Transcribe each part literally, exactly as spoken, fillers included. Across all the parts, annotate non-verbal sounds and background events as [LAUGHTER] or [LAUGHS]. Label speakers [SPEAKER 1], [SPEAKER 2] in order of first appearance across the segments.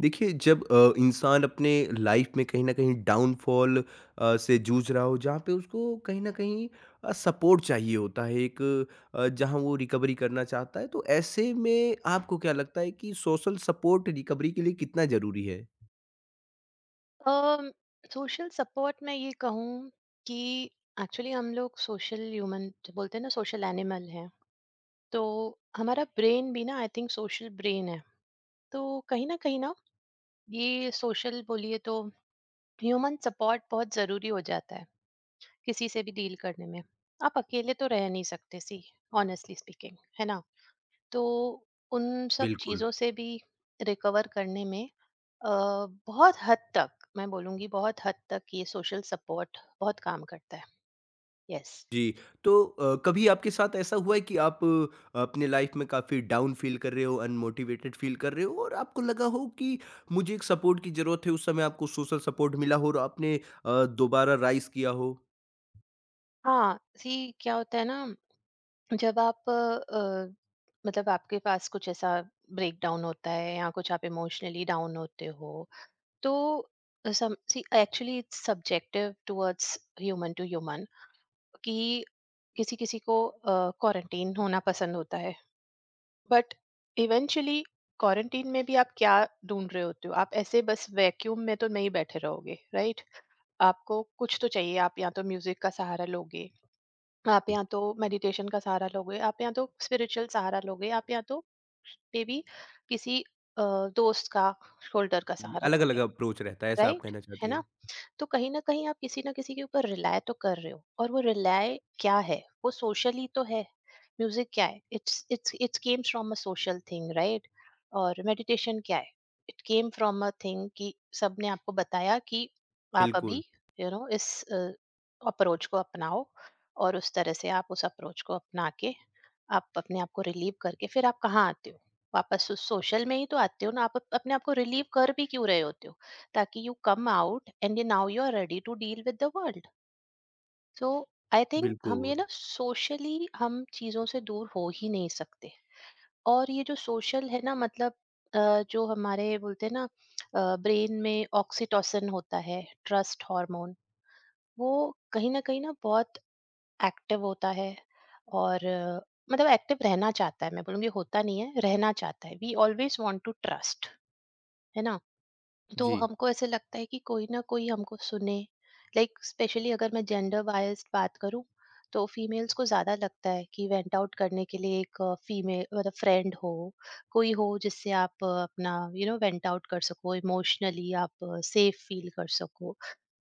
[SPEAKER 1] देखिए जब अ, इंसान अपने लाइफ में कहीं न कहीं डाउनफॉल अ, से जूझ रहा हो जहाँ पे उसको कहीं न कहीं अ, सपोर्ट चाहिए होता है एक अ, जहाँ वो रिकवरी करना चाहता है, तो ऐसे में आपको क्या लगता है कि सोशल सपोर्ट रिकवरी के लिए कितना ज़रूरी है?
[SPEAKER 2] सोशल सपोर्ट में ये कहूँ कि एक्चुअली हम लोग सोशल ह्यूमन जो बोलते हैं ना, सोशल एनिमल हैं। तो हमारा ब्रेन भी ना आई थिंक सोशल ब्रेन है। तो कहीं ना कहीं ना ये सोशल बोलिए तो ह्यूमन सपोर्ट बहुत ज़रूरी हो जाता है किसी से भी डील करने में। आप अकेले तो रह नहीं सकते सी, ऑनेस्टली स्पीकिंग, है ना? तो उन सब
[SPEAKER 1] बिल्कुल।
[SPEAKER 2] चीज़ों से भी रिकवर करने में अ, बहुत हद तक मैं बोलूँगी, बहुत हद तक ये सोशल सपोर्ट बहुत काम करता है। यस।
[SPEAKER 1] जी, तो अ, कभी आपके साथ ऐसा हुआ है कि आप अ, अपने लाइफ में काफ़ी डाउन फ़ील कर रहे हो, अनमोटिवेटेड फ़ील कर रहे हो और आपको लगा हो कि मुझे एक सपोर्ट की ज़रूरत है, उस समय आपको सोशल सपोर्ट मिला हो और आपने अ, दोबारा राइज़ किया हो?
[SPEAKER 2] हाँ, सी क्या होता है ना, जब आप अ, मतलब आपके पास कुछ ऐसा ब्रेकडाउन होता है या कुछ आप इमोशनली डाउन होते हो, तो some see actually it's subjective towards human to human. कि किसी-किसी को अ, क्वारंटाइन होना पसंद होता है, बट इवेंचुअली क्वारंटीन में भी आप क्या ढूंढ रहे होते हो? आप ऐसे बस वैक्यूम में तो नहीं बैठे रहोगे, राइट? आपको कुछ तो चाहिए। आप या तो म्यूजिक का सहारा लोगे, आप
[SPEAKER 1] जी,
[SPEAKER 2] या तो मेडिटेशन का सहारा लोगे, आप या तो स्पिरिचुअल सहारा लोगे, आप या तो मे बी किसी अ, दोस्त का शोल्डर का
[SPEAKER 1] जी,
[SPEAKER 2] सहारा
[SPEAKER 1] अलग-अलग
[SPEAKER 2] लोगे,
[SPEAKER 1] अप्रोच रहता है, ऐसा आप
[SPEAKER 2] राइट?
[SPEAKER 1] कहना
[SPEAKER 2] है
[SPEAKER 1] चाहती
[SPEAKER 2] ना?
[SPEAKER 1] हैं।
[SPEAKER 2] तो कहीं ना कहीं आप किसी ना किसी के ऊपर रिलाय तो कर रहे हो, और वो रिलाय क्या है, वो सोशली तो है। म्यूजिक क्या है? It's it's it's came from a social thing, right? और मेडिटेशन क्या है? It came from a thing, कि सब ने आपको बताया कि आप
[SPEAKER 1] बिल्कुल,
[SPEAKER 2] अभी यू you नो know, इस अप्रोच को अपनाओ। और उस तरह से आप उस अप्रोच को अपना के आप अपने आप को रिलीव करके फिर आप कहाँ आते हो? वापस उस सोशल में ही तो आते हो ना। आप अप- अपने आप को रिलीव कर भी क्यों रहे होते हो? ताकि you come out and you, now you are ready to deal with the world. So I think हम ये
[SPEAKER 1] बिल्कुल।
[SPEAKER 2] ना socially हम चीजों से दूर हो ही नहीं सकते। और ये जो social है ना, मतलब अ, जो हमारे बोलते हैं ना, ब्रेन में ऑक्सीटोसिन होता है, ट्रस्ट हार्मोन, वो कहीं ना कहीं ना बहुत एक्टिव होता है। और अ, मतलब एक्टिव रहना चाहता है, मैं बोलूँगी होता नहीं है, रहना चाहता है। We always want to trust, है ना? तो
[SPEAKER 1] जी,
[SPEAKER 2] हमको ऐसे लगता है कि कोई ना कोई हमको सुने। लाइक स्पेशली अगर मैं जेंडर बायस्ड बात करूं तो फीमेल्स को ज़्यादा लगता है कि वेंट आउट करने के लिए एक फीमेल मतलब फ्रेंड हो, कोई हो जिससे आप अ, अपना यू नो वेंट आउट कर सको, इमोशनली आप सेफ फील कर सको।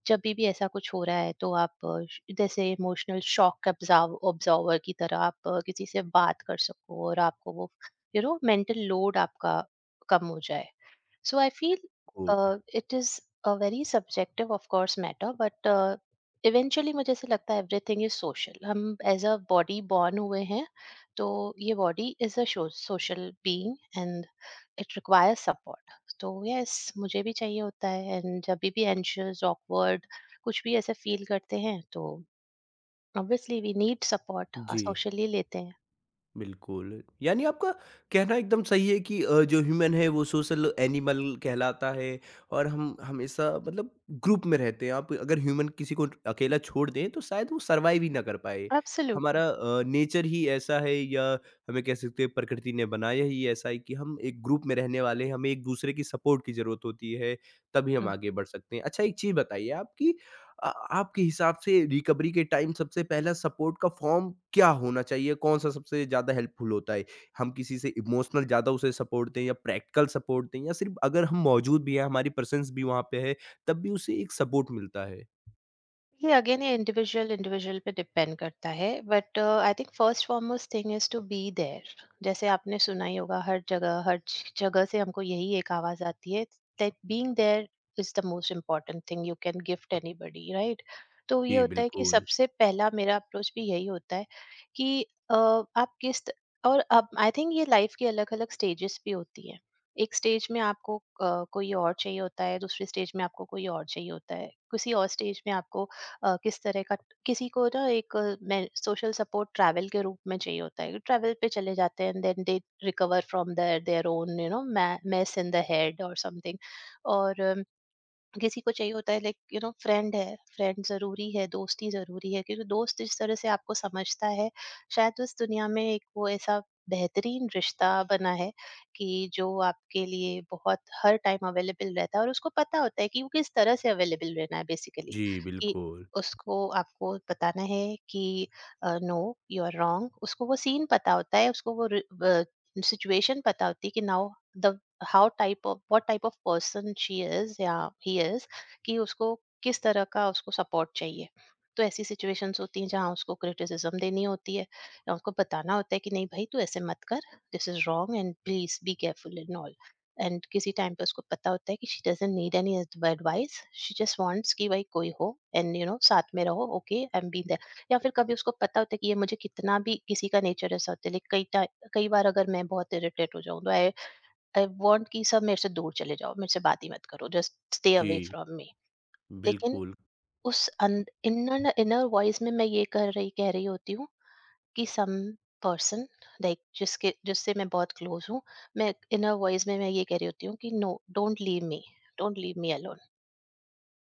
[SPEAKER 2] जब भी भी ऐसा कुछ हो रहा है तो आप अ, श- जैसे इमोशनल शॉक ऑब्जर्व ऑब्जर्वर की तरह आप अ, किसी से बात कर सको, और आपको वो यू नो मेंटल लोड आपका कम हो जाए। So I feel
[SPEAKER 1] को
[SPEAKER 2] uh, it is a very subjective, of course, matter, but uh, eventually मुझे ऐसे लगता है एवरीथिंग इज सोशल। हम एज अ बॉडी बॉर्न हुए हैं, तो ये body is a social being, and it requires support. तो यस, मुझे भी चाहिए होता है, एंड जब भी एंशियस, ऑकवर्ड, कुछ भी ऐसे फील करते हैं तो ऑब्वियसली वी नीड सपोर्ट,
[SPEAKER 1] जी।
[SPEAKER 2] सोशली लेते हैं।
[SPEAKER 1] बिल्कुल, यानी आपका कहना एकदम सही है कि अ, जो ह्यूमन है वो सोशल एनिमल कहलाता है और हम हमेशा मतलब ग्रुप में रहते हैं। आप अगर ह्यूमन किसी को अकेला छोड़ दें तो शायद वो सर्वाइव ही ना कर पाए।
[SPEAKER 2] एब्सोल्युटली।
[SPEAKER 1] हमारा अ, नेचर ही ऐसा है या हमें कह सकते हैं प्रकृति ने बनाया ही ऐसा है कि हम एक ग्रुप में रहने वाले हैं, हमें एक-दूसरे की सपोर्ट की ज़रूरत होती है, तभी हम आगे बढ़ सकते हैं। अच्छा एक चीज़ बताइए आप कि अ, आपके हिसाब से रिकवरी के टाइम सबसे पहला सपोर्ट का फॉर्म क्या होना चाहिए? कौन-सा सबसे ज़्यादा हेल्पफुल होता है? हम किसी से इमोशनल ज़्यादा उसे सपोर्ट दें या प्रैक्टिकल सपोर्ट दें या सिर्फ़ अगर हम मौजूद भी हैं, हमारी प्रेज़ेंस भी वहाँ पे है, तब भी उसे एक सपोर्ट मिलता है?
[SPEAKER 2] ये अगेन ये इंडिविजुअल इंडिविजुअल पे डिपेंड करता है, but I think first foremost thing is to be there. जैसे आपने सुना ही होगा, हर जगह हर ज- जगह से हमको यही एक आवाज आती है, that being there is the most important thing you can gift anybody, right? तो ये
[SPEAKER 1] जी,
[SPEAKER 2] होता है कि
[SPEAKER 1] बिल्कुल।
[SPEAKER 2] सबसे पहला मेरा अप्रोच भी यही होता है कि अ, आप किस त- और अब आई थिंक ये लाइफ के अलग अलग स्टेजेस भी होती है। एक स्टेज में आपको अ, कोई और चाहिए होता है, दूसरे स्टेज में आपको कोई और चाहिए होता है, किसी और स्टेज में आपको अ, किस तरह का किसी को ना एक सोशल सपोर्ट ट्रैवल के रूप में चाहिए होता है, ट्रैवल पे चले जाते हैं, then they recover from their their own, you know, mess in the head और समथिंग। और किसी को चाहिए होता है, लाइक यू नो, फ्रेंड है, फ्रेंड जरूरी है, दोस्ती जरूरी है, क्योंकि दोस्त जिस तरह से आपको समझता है, शायद उस दुनिया में एक वो ऐसा बेहतरीन रिश्ता बना है कि जो आपके लिए बहुत हर टाइम अवेलेबल रहता है, और उसको पता होता है कि वो किस तरह से अवेलेबल रहना है बेसिकली।
[SPEAKER 1] जी,
[SPEAKER 2] कि
[SPEAKER 1] बिल्कुल।
[SPEAKER 2] उसको आपको बताना है कि नो, यू आर रॉन्ग। उसको वो सीन पता होता है, उसको वो सिचुएशन पता होती है कि now the how type of what type of person she is या he is, कि उसको किस तरह का उसको सपोर्ट चाहिए। तो ऐसी सिचुएशंस होती हैं जहाँ उसको क्रिटिसिज्म देनी होती है, या उसको बताना होता है कि नहीं भाई, तू ऐसे मत कर, this is wrong and please be careful and all. And किसी टाइम पे उसको पता होता है कि she doesn't need any advice, she just wants कि भाई कोई हो एंड यू नो साथ में रहो, okay I am be there. या फिर कभी उसको पता होता है कि ये मुझे कितना भी, किसी का नेचर ऐसा होता है, लाइक कई ti- कई बार अगर मैं बहुत इरिटेट हो जाऊं तो आई आई वांट कि सब मेरे से दूर चले जाओ, मेरे से बात ही मत करो, जस्ट स्टे अवे
[SPEAKER 1] जी,
[SPEAKER 2] फ्रॉम मी। लेकिन
[SPEAKER 1] बिल्कुल,
[SPEAKER 2] उस अन इनर इनर वॉइस में मैं ये कर रही कह रही होती हूँ कि सम पर्सन, लाइक जिसके जिससे मैं बहुत क्लोज हूँ, मैं इनर वॉइस में मैं ये कह रही होती हूँ कि no, don't leave me, don't leave me alone.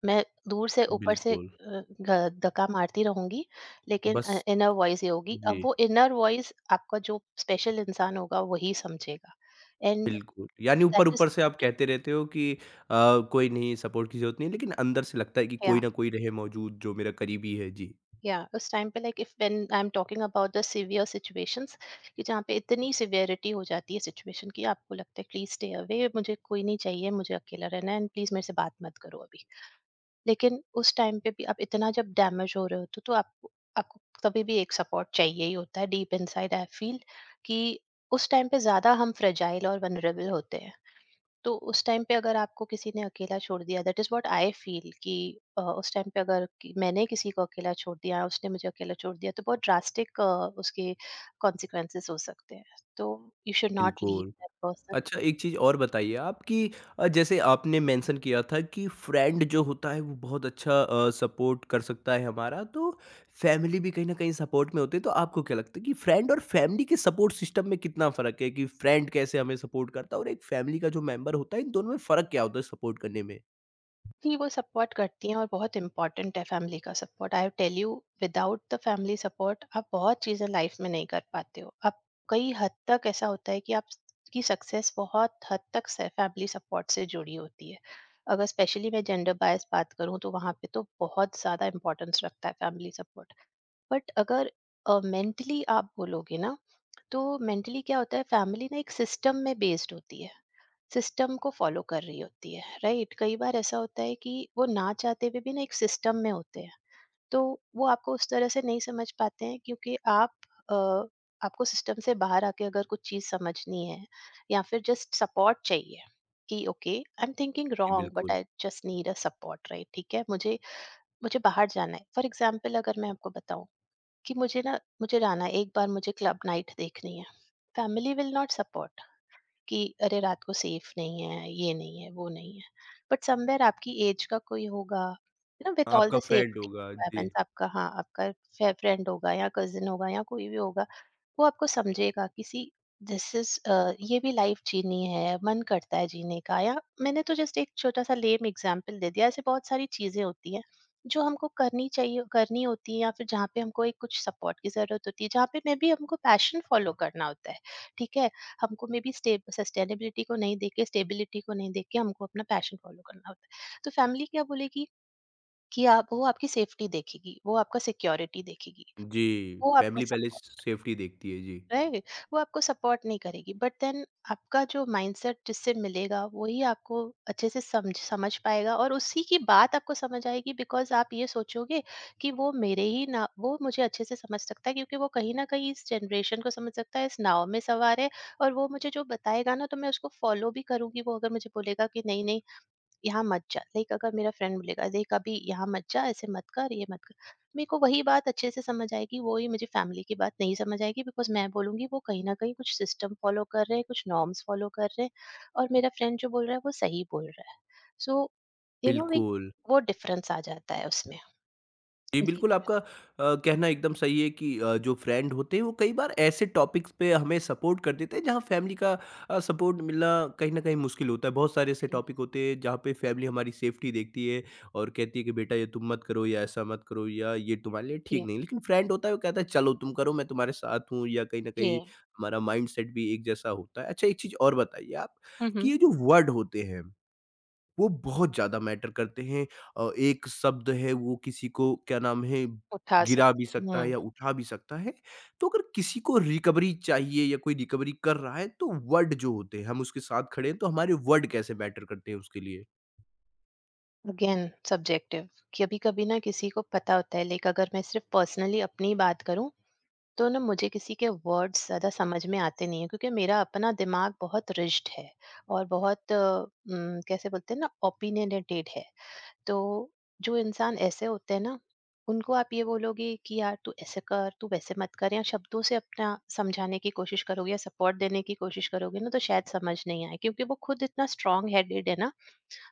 [SPEAKER 2] मैं दूर से ऊपर से
[SPEAKER 1] बिल्कुल।
[SPEAKER 2] अ, घ धक्का मारती रहूँगी, लेकिन
[SPEAKER 1] बस
[SPEAKER 2] अ, इनर वॉइस ये होगी। अब
[SPEAKER 1] जी,
[SPEAKER 2] वो इनर वॉइस आपका जो स्पेशल इंसान होगा, वही समझेगा एंड
[SPEAKER 1] बिल्कुल। यानी
[SPEAKER 2] दैट इज़।
[SPEAKER 1] ऊपर-ऊपर से आप कहते रहते हो कि अ, कोई नहीं सपोर्ट की ज़रूरत नहीं है, लेकिन अंदर से लगता है कि
[SPEAKER 2] या।
[SPEAKER 1] कोई ना कोई रहे मौजूद जो मेरा करीबी है। जी,
[SPEAKER 2] या उस टाइम पे like if when I am talking about the severe situations, कि जहाँ पे इतनी सिवियरिटी हो जाती है सिचुएशन की, आपको लगता है प्लीज स्टे अवे, मुझे कोई नहीं चाहिए, मुझे अकेला रहना है, एंड प्लीज मेरे से बात मत करो अभी। लेकिन उस टाइम पे भी आप इतना जब डैमेज हो रहे होते हो तो आपको आपको कभी भी एक सपोर्ट चाहिए ही होता है, डीप इनसाइड आई फील, कि उस टाइम पे ज्यादा हम फ्रेजाइल और वनरेबल होते हैं। तो उस टाइम पे अगर आपको किसी ने अकेला छोड़ दिया, that is what I feel कि अ, उस टाइम पे अगर कि- मैंने किसी को अकेला छोड़ दिया, उसने मुझे अकेला छोड़ दिया, तो बहुत ड्रास्टिक उसके कॉन्सिक्वेंसेस हो सकते हैं। तो यू शुड नॉट लीव
[SPEAKER 1] बिल्कुल।
[SPEAKER 2] दैट।
[SPEAKER 1] अच्छा एक चीज़ और बताइए आप कि अ, जैसे आपने मेंशन किया था कि फ्रेंड जो होता है वो बहुत अच्छा सपोर्ट कर सकता है हमारा तो फैमिली भी कहीं ना कहीं सपोर्ट में होती है तो आपको क्या लगता है कि फ्रेंड और फैमिली के सपोर्ट सिस्टम में कितना फ़र्क है कि फ्रेंड कैसे हमें सपोर्ट करता है और एक फैमिली का जो मेंबर होता है इन दोनों में फ़र्क क्या होता है सपोर्ट करने में।
[SPEAKER 2] जी, वो सपोर्ट करती हैं और बहुत इम्पोर्टेंट है फैमिली का support. I tell you, without the family support आप बहुत चीज़ें लाइफ में नहीं कर पाते हो। आप, कई हद तक ऐसा होता है कि आप की सक्सेस बहुत हद तक से फैमिली सपोर्ट से जुड़ी होती है। अगर स्पेशली मैं जेंडर बायस बात करूँ तो वहाँ पे तो बहुत ज़्यादा इम्पोर्टेंस रखता है फैमिली सपोर्ट। बट अगर अ, मेंटली आप बोलोगे ना, तो मेंटली क्या होता है, फैमिली ना एक सिस्टम में बेस्ड होती है। सिस्टम को फॉलो कर रही होती है, राइट? कई बार ऐसा होता है कि वो ना चाहते हुए भी ना एक सिस्टम में होते हैं, तो वो आपको उस तरह से नहीं समझ पाते हैं, क्योंकि आप, अ, आपको सिस्टम से बाहर आके अगर कुछ चीज समझनी है, या फिर जस्ट सपोर्ट चाहिए कि ओके आई एम थिंकिंग
[SPEAKER 1] जी
[SPEAKER 2] रॉन्ग बट
[SPEAKER 1] बिल्कुल।
[SPEAKER 2] I just need a support, right? ठीक है, मुझे मुझे बाहर जाना है, फॉर एग्जाम्पल अगर मैं आपको बताऊं कि मुझे ना मुझे जाना है, एक बार मुझे क्लब नाइट देखनी है, फैमिली विल नॉट सपोर्ट। कि अरे रात को सेफ नहीं है, ये नहीं है, वो नहीं है। बट समवेयर आपकी एज का कोई होगा, है ना, विद ऑल
[SPEAKER 1] आपका
[SPEAKER 2] द
[SPEAKER 1] फ्रेंड
[SPEAKER 2] सेफ्टी
[SPEAKER 1] होगा। जी,
[SPEAKER 2] रिक्वायरमेंट्स, आपका, हाँ, आपका फे फ्रेंड होगा या कज़िन होगा या कोई भी होगा, वो आपको समझेगा किसी, दिस इज ये भी लाइफ जीनी है, मन करता है जीने का। या मैंने तो जस्ट एक छोटा सा लेम एग्जांपल दे दिया, ऐसे बहुत सारी चीजें होती हैं जो हमको करनी चाहिए, करनी होती है, या फिर जहाँ पे हमको एक कुछ सपोर्ट की जरूरत होती है, जहाँ पे मे बी हमको पैशन फॉलो करना होता है। ठीक है, हमको मे बी सस्टेनेबिलिटी को नहीं देख के, स्टेबिलिटी को नहीं देख के हमको अपना पैशन फॉलो करना होता है, तो फैमिली क्या बोलेगी? कि आप वो आपकी सेफ्टी देखेगी, वो आपका सिक्योरिटी देखेगी,
[SPEAKER 1] जी।
[SPEAKER 2] वो आपको
[SPEAKER 1] फैमिली पहले
[SPEAKER 2] सपोर्ट,
[SPEAKER 1] सेफ्टी देखती है। जी,
[SPEAKER 2] राइट, वो आपको सपोर्ट नहीं करेगी। बट देन आपका जो माइंडसेट जिससे मिलेगा वही आपको अच्छे से समझ समझ पाएगा, और उसी की बात आपको समझ आएगी, बिकॉज आप ये सोचोगे कि वो मेरे ही ना, वो मुझे अच्छे से समझ सकता है, क्योंकि वो कहीं ना कहीं इस जनरेशन को समझ सकता है, इस नाव में सवार है। और वो मुझे जो बताएगा ना तो मैं उसको फॉलो भी करूंगी। वो अगर मुझे बोलेगा कि नहीं नहीं, यहाँ मत जा। लाइक अगर मेरा फ्रेंड बोलेगा, देख अभी यहाँ मत जा, ऐसे मत कर, ये मत कर, मेरे को वही बात अच्छे से समझ आएगी। वही मुझे फैमिली की बात नहीं समझ आएगी, बिकॉज मैं बोलूंगी वो कहीं ना कहीं कुछ सिस्टम फॉलो कर रहे हैं, कुछ नॉर्म्स फॉलो कर रहे हैं, और मेरा फ्रेंड जो बोल रहा है वो सही बोल रहा है। सो, यू नो, वी,
[SPEAKER 1] बिल्कुल।
[SPEAKER 2] वो डिफरेंस आ जाता है उसमें।
[SPEAKER 1] जी,
[SPEAKER 2] जी।
[SPEAKER 1] बिल्कुल, आपका अ, कहना एकदम सही है कि अ, जो फ्रेंड होते हैं वो कई बार ऐसे टॉपिक्स पे हमें सपोर्ट कर देते हैं जहाँ फैमिली का अ, सपोर्ट मिलना कहीं ना कहीं मुश्किल होता है। बहुत सारे ऐसे
[SPEAKER 2] जी।
[SPEAKER 1] टॉपिक होते हैं जहाँ पे फैमिली हमारी सेफ्टी देखती है और कहती है कि बेटा ये तुम मत करो या ऐसा मत करो या ये तुम्हारे लिए ठीक
[SPEAKER 2] जी।
[SPEAKER 1] नहीं, लेकिन फ्रेंड होता है वो कहता है चलो तुम करो मैं तुम्हारे साथ हूँ या कहीं ना
[SPEAKER 2] जी।
[SPEAKER 1] कहीं हमारा माइंड सेट भी एक जैसा होता है। अच्छा एक चीज़ और बताइए आप कि
[SPEAKER 2] हम्म,
[SPEAKER 1] ये जो वर्ड होते हैं वो बहुत ज़्यादा मैटर करते हैं। अ, एक शब्द है वो किसी को क्या नाम है,
[SPEAKER 2] उठा
[SPEAKER 1] गिरा भी
[SPEAKER 2] सकते हैं।
[SPEAKER 1] सकता है या
[SPEAKER 2] हम्म,
[SPEAKER 1] उठा भी सकता है। तो अगर किसी को रिकवरी चाहिए या कोई रिकवरी कर रहा है तो वर्ड जो होते हैं, हम उसके साथ खड़े हैं तो हमारे वर्ड कैसे मैटर करते हैं उसके लिए।
[SPEAKER 2] Again subjective. कभी कभी ना किसी को पता होता है। लाइक अगर मैं सिर्फ पर्सनली अपनी बात करूं तो ना, मुझे किसी के वर्ड्स ज़्यादा समझ में आते नहीं है, क्योंकि मेरा अपना दिमाग बहुत रिज्ड है और बहुत अ, उम, कैसे बोलते हैं ना, ओपिनियनेटेड है। तो जो इंसान ऐसे होते हैं ना, उनको आप ये बोलोगे कि यार तू ऐसे कर, तू वैसे मत कर, या शब्दों से अपना समझाने की कोशिश करोगे या सपोर्ट देने की कोशिश करोगे ना, तो शायद समझ नहीं आए, क्योंकि वो खुद इतना स्ट्रांग हेडेड है ना।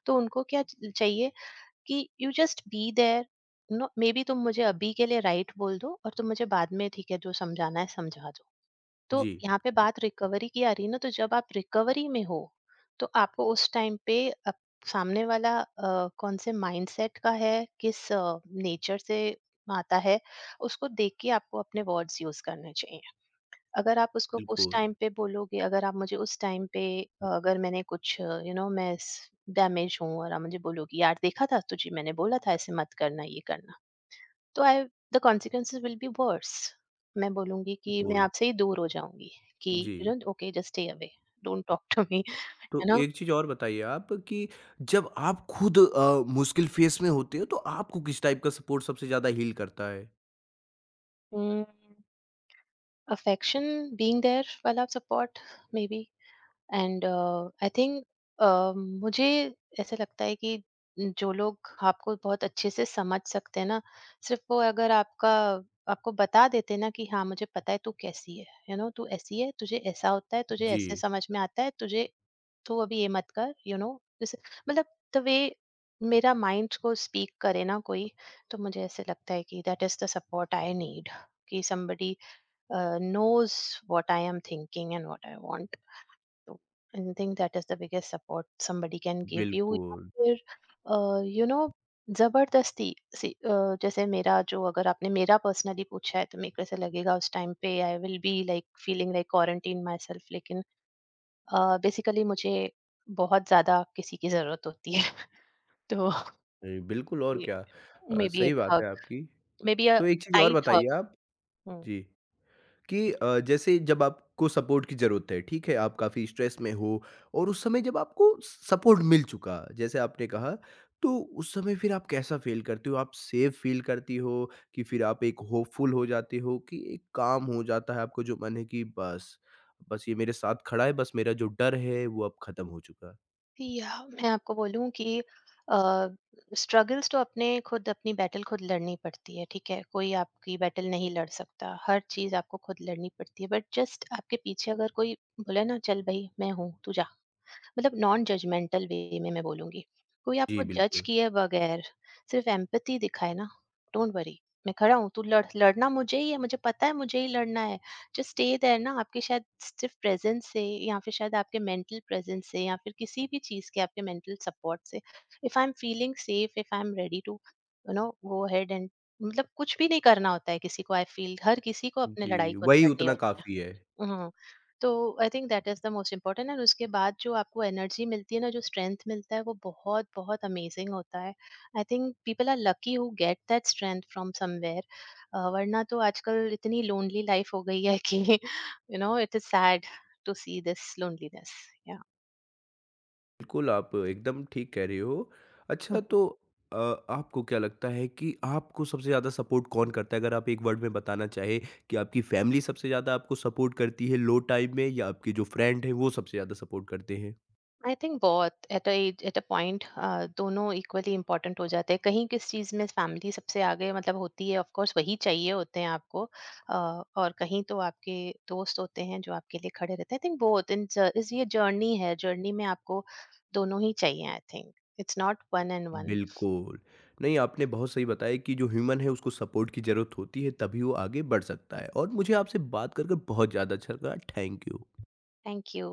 [SPEAKER 2] तो उनको क्या चाहिए कि you just be there. No, maybe तुम मुझे अभी के लिए राइट बोल दो और तुम मुझे बाद में ठीक है जो समझाना है समझा दो। तो
[SPEAKER 1] जी,
[SPEAKER 2] यहाँ पे बात रिकवरी की आ रही है ना, तो जब आप रिकवरी में हो तो आपको उस टाइम पे अप- सामने वाला अ, कौन से माइंडसेट का है, किस नेचर से आता है, उसको देख के आपको अपने वर्ड्स यूज करने चाहिए। अगर आप उसको उस
[SPEAKER 1] बिल्कुल,
[SPEAKER 2] टाइम पे बोलोगे, अगर आप मुझे उस टाइम पे अ, अगर मैंने कुछ, यू नो, मैं डैमेज हूँ और आप मुझे बोलोगी यार देखा था तुझे, मैंने बोला था ऐसे मत करना ये करना, तो I, the consequences will be worse. मैं बोलूंगी कि मैं
[SPEAKER 1] बिल्कुल।
[SPEAKER 2] आपसे ही दूर हो जाऊंगी। कि
[SPEAKER 1] जी,
[SPEAKER 2] you know, okay, just stay away, don't talk to me. [LAUGHS] है
[SPEAKER 1] तो
[SPEAKER 2] ना।
[SPEAKER 1] एक चीज़ और बताइए आप कि जब आप खुद अ, मुश्किल फ़ेस में होते हो तो आपको किस टाइप का सपोर्ट सबसे ज़्यादा हील करता है?
[SPEAKER 2] अफेक्शन, बीइंग देयर वाला support, maybe. And I think, मुझे ऐसा लगता है कि जो लोग आपको बहुत अच्छे से समझ सकते हैं ना, सिर्फ वो अगर आपका आपको बता देते ना कि हाँ मुझे पता है तू कैसी है, यू नो, तू ऐसी है, तुझे ऐसा होता है, तुझे ऐसे
[SPEAKER 1] जी,
[SPEAKER 2] समझ में आता है, तुझे तू अभी ये मत कर, यू नो, जैसे, मतलब, द वे मेरा माइंड को स्पीक करे ना कोई, तो मुझे ऐसे लगता है कि that is the support I need. कि somebody uh, knows what i am thinking and what i want. So I think that is the biggest support somebody can give you, या
[SPEAKER 1] बिल्कुल।
[SPEAKER 2] फिर, यू नो, जबरदस्ती सी, अ, जैसे मेरा जो, अगर आपने मेरा पर्सनली पूछा है, तो मेरे को ऐसा लगेगा उस टाइम पे I will be like feeling like quarantine myself, लेकिन बेसिकली मुझे बहुत ज्यादा किसी की जरूरत होती है। [LAUGHS] तो
[SPEAKER 1] जी, बिल्कुल और क्या। अ,
[SPEAKER 2] मे बी
[SPEAKER 1] सही
[SPEAKER 2] एक
[SPEAKER 1] बात
[SPEAKER 2] हग,
[SPEAKER 1] है आपकी।
[SPEAKER 2] मे बी अ
[SPEAKER 1] तो एक चीज़ और
[SPEAKER 2] टाइट
[SPEAKER 1] बताइए आप।
[SPEAKER 2] हग।
[SPEAKER 1] जी, कि अ, जैसे जब आपको सपोर्ट की ज़रूरत है, ठीक है, आप काफ़ी स्ट्रेस में हो और उस समय जब आपको सपोर्ट मिल चुका, जैसे आपने कहा, तो उस समय फिर आप कैसा फ़ील करती हो? आप सेफ़ फ़ील करती हो कि फिर आप एक होपफुल हो जाती हो कि एक काम हो जाता है आपको जो मन है कि बस, बस ये मेरे साथ खड़ा है, बस मेरा जो डर है वो अब खत्म हो चुका है?
[SPEAKER 2] या मैं आपको बोलूँ कि अ, स्ट्रगल्स तो, अपने खुद अपनी बैटल खुद लड़नी पड़ती है, ठीक है? कोई आपकी बैटल नहीं लड़ सकता। हर चीज़ आपको खुद लड़नी पड़ती है, बट जस्ट आपके पीछे अगर कोई बोले ना, "चल भई, मैं हूँ, तू जा।" मतलब नॉन जजमेंटल वे में मैं बोलूँगी। कोई
[SPEAKER 1] जी,
[SPEAKER 2] आपको जज
[SPEAKER 1] बिल्कुल।
[SPEAKER 2] किए बगैर सिर्फ़ एम्पैथी दिखाए ना, डोंट वरी, मैं खड़ा हूँ, तू लड़, लड़ना मुझे ही है, मुझे पता है मुझे ही लड़ना है। जस्ट स्टे देयर ना। आपके शायद सिर्फ़ प्रेज़ेंस से या फिर शायद आपके मेंटल प्रेज़ेंस से या फिर किसी भी चीज़ के आपके मेंटल सपोर्ट से, if I am feeling safe, if I am ready to, you know, go ahead and, मतलब कुछ भी नहीं करना होता है किसी को। आई फ़ील हर किसी को अपनी लड़ाई
[SPEAKER 1] जी,
[SPEAKER 2] खुद
[SPEAKER 1] वही
[SPEAKER 2] लड़नी
[SPEAKER 1] उतना
[SPEAKER 2] होती
[SPEAKER 1] काफ़ी
[SPEAKER 2] है।
[SPEAKER 1] है।
[SPEAKER 2] हाँ, तो I think that is the most important, and उसके बाद जो आपको एनर्जी मिलती है ना, जो स्ट्रेंथ मिलता है, वो बहुत बहुत अमेज़िंग होता है। I think people are lucky who get that strength from somewhere. अ, वरना तो आजकल इतनी लोनली लाइफ हो गई है कि [LAUGHS] you know, it is sad to see this loneliness.
[SPEAKER 1] बिल्कुल, आप एकदम ठीक कह रहे हो। अच्छा
[SPEAKER 2] या।
[SPEAKER 1] तो अ, आपको क्या लगता है कि आपको सबसे ज़्यादा सपोर्ट कौन करता है? अगर आप एक वर्ड में बताना चाहें कि आपकी फैमिली सबसे ज़्यादा आपको सपोर्ट करती है लो टाइम में या आपके जो फ्रेंड हैं वो सबसे ज़्यादा सपोर्ट करते हैं?
[SPEAKER 2] आई थिंक बहुत at a age at a point दोनों इक्वली इंपॉर्टेंट हो जाते हैं। कहीं किस चीज़ में फैमिली सबसे आगे, मतलब होती है, ऑफ कोर्स वही चाहिए होते हैं आपको, अ, और कहीं तो आपके दोस्त होते हैं जो आपके लिए खड़े रहते हैं। आई थिंक बहुत इन ज- इस ये जर्नी है, जर्नी में आपको दोनों ही चाहिए। I think it's not one and one.
[SPEAKER 1] बिल्कुल। नहीं, आपने बहुत सही बताया कि जो ह्यूमन है उसको सपोर्ट की ज़रूरत होती है तभी वो आगे बढ़ सकता है, और मुझे आपसे बात कर कर बहुत ज़्यादा अच्छा लगा। Thank you.
[SPEAKER 2] Thank you.